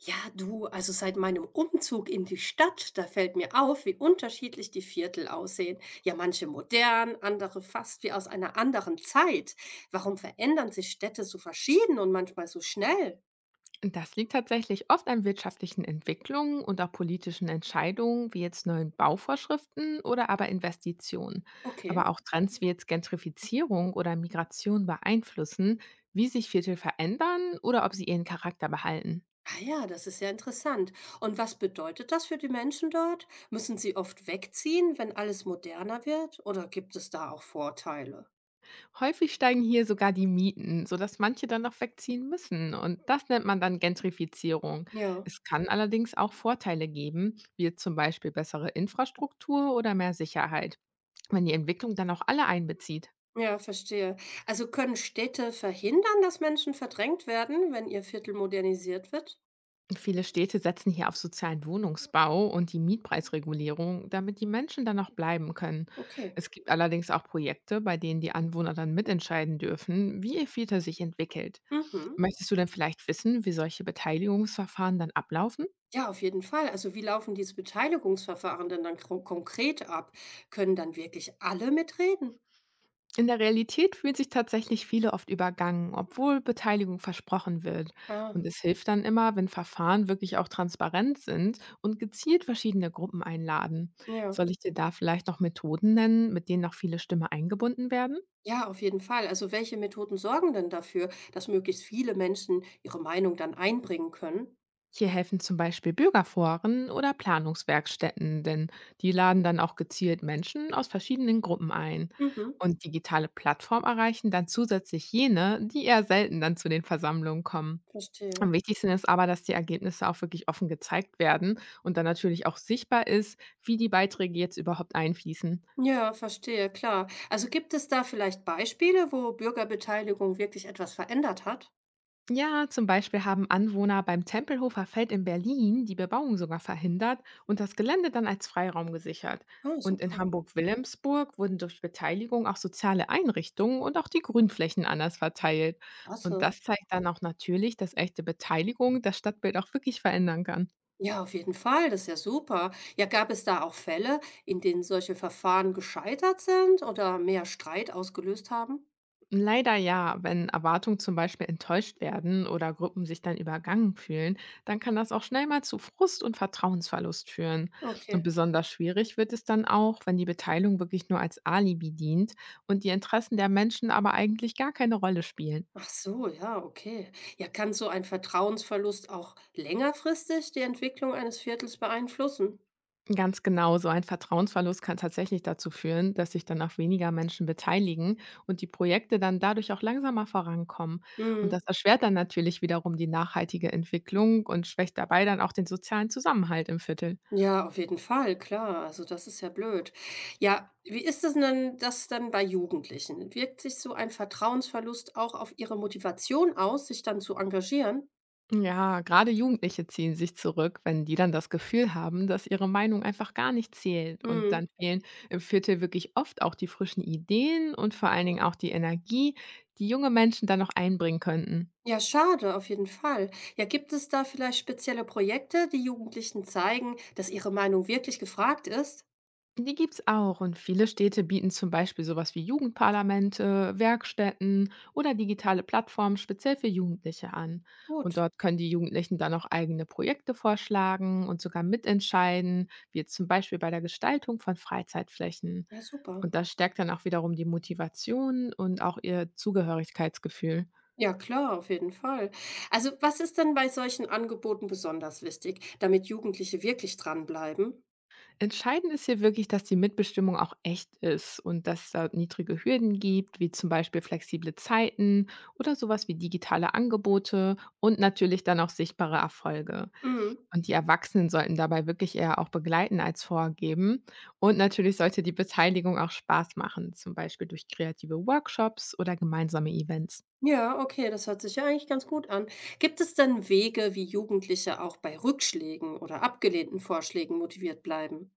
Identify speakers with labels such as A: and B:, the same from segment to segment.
A: Ja, du, also seit meinem Umzug in die Stadt, da fällt mir auf, wie unterschiedlich die Viertel aussehen. Ja, manche modern, andere fast wie aus einer anderen Zeit. Warum verändern sich Städte so verschieden und manchmal so schnell?
B: Das liegt tatsächlich oft an wirtschaftlichen Entwicklungen und auch politischen Entscheidungen, wie jetzt neuen Bauvorschriften oder aber Investitionen.
A: Okay.
B: Aber auch Trends wie jetzt Gentrifizierung oder Migration beeinflussen, wie sich Viertel verändern oder ob sie ihren Charakter behalten.
A: Ah ja, das ist ja interessant. Und was bedeutet das für die Menschen dort? Müssen sie oft wegziehen, wenn alles moderner wird? Oder gibt es da auch Vorteile?
B: Häufig steigen hier sogar die Mieten, sodass manche dann noch wegziehen müssen. Und das nennt man dann Gentrifizierung.
A: Ja.
B: Es kann allerdings auch Vorteile geben, wie jetzt zum Beispiel bessere Infrastruktur oder mehr Sicherheit, wenn die Entwicklung dann auch alle einbezieht.
A: Ja, verstehe. Also können Städte verhindern, dass Menschen verdrängt werden, wenn ihr Viertel modernisiert wird?
B: Viele Städte setzen hier auf sozialen Wohnungsbau und die Mietpreisregulierung, damit die Menschen dann noch bleiben können.
A: Okay.
B: Es gibt allerdings auch Projekte, bei denen die Anwohner dann mitentscheiden dürfen, wie ihr Viertel sich entwickelt.
A: Mhm.
B: Möchtest du denn vielleicht wissen, wie solche Beteiligungsverfahren dann ablaufen?
A: Ja, auf jeden Fall. Also wie laufen diese Beteiligungsverfahren denn dann konkret ab? Können dann wirklich alle mitreden?
B: In der Realität fühlen sich tatsächlich viele oft übergangen, obwohl Beteiligung versprochen wird. Und
A: Ah,
B: es hilft dann immer, wenn Verfahren wirklich auch transparent sind und gezielt verschiedene Gruppen einladen.
A: ja.
B: Soll ich dir da vielleicht noch Methoden nennen, mit denen auch viele Stimme eingebunden werden?
A: Ja, auf jeden Fall. Also welche Methoden sorgen denn dafür, dass möglichst viele Menschen ihre Meinung dann einbringen können?
B: Hier helfen zum Beispiel Bürgerforen oder Planungswerkstätten, denn die laden dann auch gezielt Menschen aus verschiedenen Gruppen ein.
A: Mhm,
B: Und digitale Plattformen erreichen dann zusätzlich jene, die eher selten dann zu den Versammlungen kommen.
A: verstehe.
B: Am wichtigsten ist aber, dass die Ergebnisse auch wirklich offen gezeigt werden und dann natürlich auch sichtbar ist, wie die Beiträge jetzt überhaupt einfließen.
A: Ja, verstehe, klar. Also gibt es da vielleicht Beispiele, wo Bürgerbeteiligung wirklich etwas verändert hat?
B: Ja, zum Beispiel haben Anwohner beim Tempelhofer Feld in Berlin die Bebauung sogar verhindert und das Gelände dann als Freiraum gesichert.
A: Ah,
B: Und in
A: super.
B: Hamburg-Wilhelmsburg wurden durch Beteiligung auch soziale Einrichtungen und auch die Grünflächen anders verteilt. Und
A: Klasse.
B: das zeigt dann auch natürlich, dass echte Beteiligung das Stadtbild auch wirklich verändern kann.
A: Ja, auf jeden Fall, das ist ja super. Ja, gab es da auch Fälle, in denen solche Verfahren gescheitert sind oder mehr Streit ausgelöst haben?
B: Leider ja, wenn Erwartungen zum Beispiel enttäuscht werden oder Gruppen sich dann übergangen fühlen, dann kann das auch schnell mal zu Frust und Vertrauensverlust führen. Und
A: Okay.
B: besonders schwierig wird es dann auch, wenn die Beteiligung wirklich nur als Alibi dient und die Interessen der Menschen aber eigentlich gar keine Rolle spielen.
A: Ach so, ja, okay. Ja, kann so ein Vertrauensverlust auch längerfristig die Entwicklung eines Viertels beeinflussen?
B: Ganz genau, so ein Vertrauensverlust kann tatsächlich dazu führen, dass sich dann auch weniger Menschen beteiligen und die Projekte dann dadurch auch langsamer vorankommen. Und
A: Hm.
B: das erschwert dann natürlich wiederum die nachhaltige Entwicklung und schwächt dabei dann auch den sozialen Zusammenhalt im Viertel.
A: Ja, auf jeden Fall, klar. Also das ist ja blöd. Ja, wie ist es denn das dann bei Jugendlichen? Wirkt sich so ein Vertrauensverlust auch auf ihre Motivation aus, sich dann zu engagieren?
B: Ja, gerade Jugendliche ziehen sich zurück, wenn die dann das Gefühl haben, dass ihre Meinung einfach gar nicht zählt. Und dann
A: Hm.
B: fehlen im Viertel wirklich oft auch die frischen Ideen und vor allen Dingen auch die Energie, die junge Menschen dann noch einbringen könnten.
A: Ja, schade, auf jeden Fall. Ja, gibt es da vielleicht spezielle Projekte, die Jugendlichen zeigen, dass ihre Meinung wirklich gefragt ist?
B: Die gibt's auch und viele Städte bieten zum Beispiel sowas wie Jugendparlamente, Werkstätten oder digitale Plattformen speziell für Jugendliche an. Und
A: Gut,
B: dort können die Jugendlichen dann auch eigene Projekte vorschlagen und sogar mitentscheiden, wie jetzt zum Beispiel bei der Gestaltung von Freizeitflächen.
A: ja, super.
B: Und das stärkt dann auch wiederum die Motivation und auch ihr Zugehörigkeitsgefühl.
A: Ja, klar, auf jeden Fall. Also, was ist denn bei solchen Angeboten besonders wichtig, damit Jugendliche wirklich dranbleiben?
B: Entscheidend ist hier wirklich, dass die Mitbestimmung auch echt ist und dass es da niedrige Hürden gibt, wie zum Beispiel flexible Zeiten oder sowas wie digitale Angebote und natürlich dann auch sichtbare Erfolge.
A: Mhm.
B: Und die Erwachsenen sollten dabei wirklich eher auch begleiten als vorgeben. Und natürlich sollte die Beteiligung auch Spaß machen, zum Beispiel durch kreative Workshops oder gemeinsame Events.
A: Ja, okay, das hört sich ja eigentlich ganz gut an. Gibt es denn Wege, wie Jugendliche auch bei Rückschlägen oder abgelehnten Vorschlägen motiviert bleiben?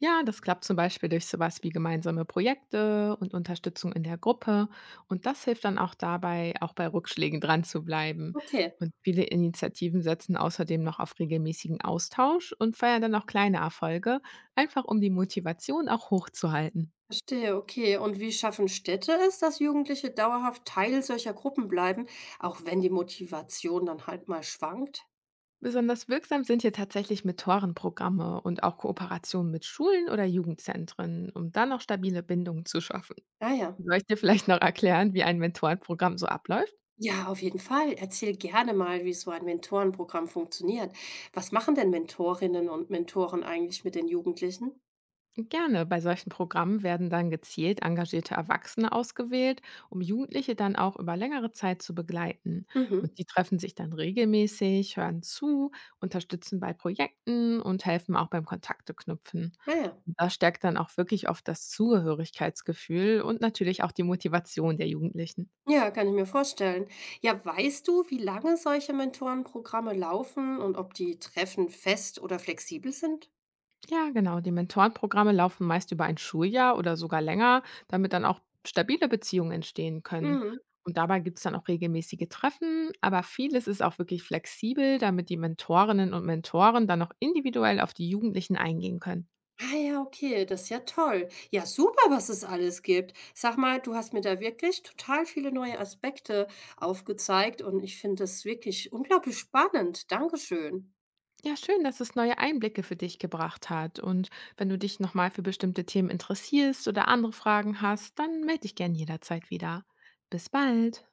B: Ja, das klappt zum Beispiel durch sowas wie gemeinsame Projekte und Unterstützung in der Gruppe. Und das hilft dann auch dabei, auch bei Rückschlägen dran zu bleiben.
A: Okay.
B: Und viele Initiativen setzen außerdem noch auf regelmäßigen Austausch und feiern dann auch kleine Erfolge, einfach um die Motivation auch hochzuhalten.
A: Verstehe, okay. Und wie schaffen Städte es, dass Jugendliche dauerhaft Teil solcher Gruppen bleiben, auch wenn die Motivation dann halt mal schwankt?
B: Besonders wirksam sind hier tatsächlich Mentorenprogramme und auch Kooperationen mit Schulen oder Jugendzentren, um dann noch stabile Bindungen zu schaffen.
A: Naja, ja.
B: Soll ich dir vielleicht noch erklären, wie ein Mentorenprogramm so abläuft?
A: Ja, auf jeden Fall. Erzähl gerne mal, wie so ein Mentorenprogramm funktioniert. Was machen denn Mentorinnen und Mentoren eigentlich mit den Jugendlichen?
B: Gerne. Bei solchen Programmen werden dann gezielt engagierte Erwachsene ausgewählt, um Jugendliche dann auch über längere Zeit zu begleiten. Und
A: Mhm.
B: die treffen sich dann regelmäßig, hören zu, unterstützen bei Projekten und helfen auch beim Kontakte knüpfen.
A: Ah ja.
B: Und das stärkt dann auch wirklich oft das Zugehörigkeitsgefühl und natürlich auch die Motivation der Jugendlichen.
A: Ja, kann ich mir vorstellen. Ja, weißt du, wie lange solche Mentorenprogramme laufen und ob die Treffen fest oder flexibel sind?
B: Ja, genau. Die Mentorenprogramme laufen meist über ein Schuljahr oder sogar länger, damit dann auch stabile Beziehungen entstehen können.
A: Mhm.
B: Und dabei gibt es dann auch regelmäßige Treffen, aber vieles ist auch wirklich flexibel, damit die Mentorinnen und Mentoren dann auch individuell auf die Jugendlichen eingehen können.
A: Ah ja, okay, das ist ja toll. Ja, super, was es alles gibt. Sag mal, du hast mir da wirklich total viele neue Aspekte aufgezeigt und ich finde das wirklich unglaublich spannend. Dankeschön.
B: Ja, schön, dass es neue Einblicke für dich gebracht hat. Und wenn du dich nochmal für bestimmte Themen interessierst oder andere Fragen hast, dann melde dich gern jederzeit wieder. Bis bald.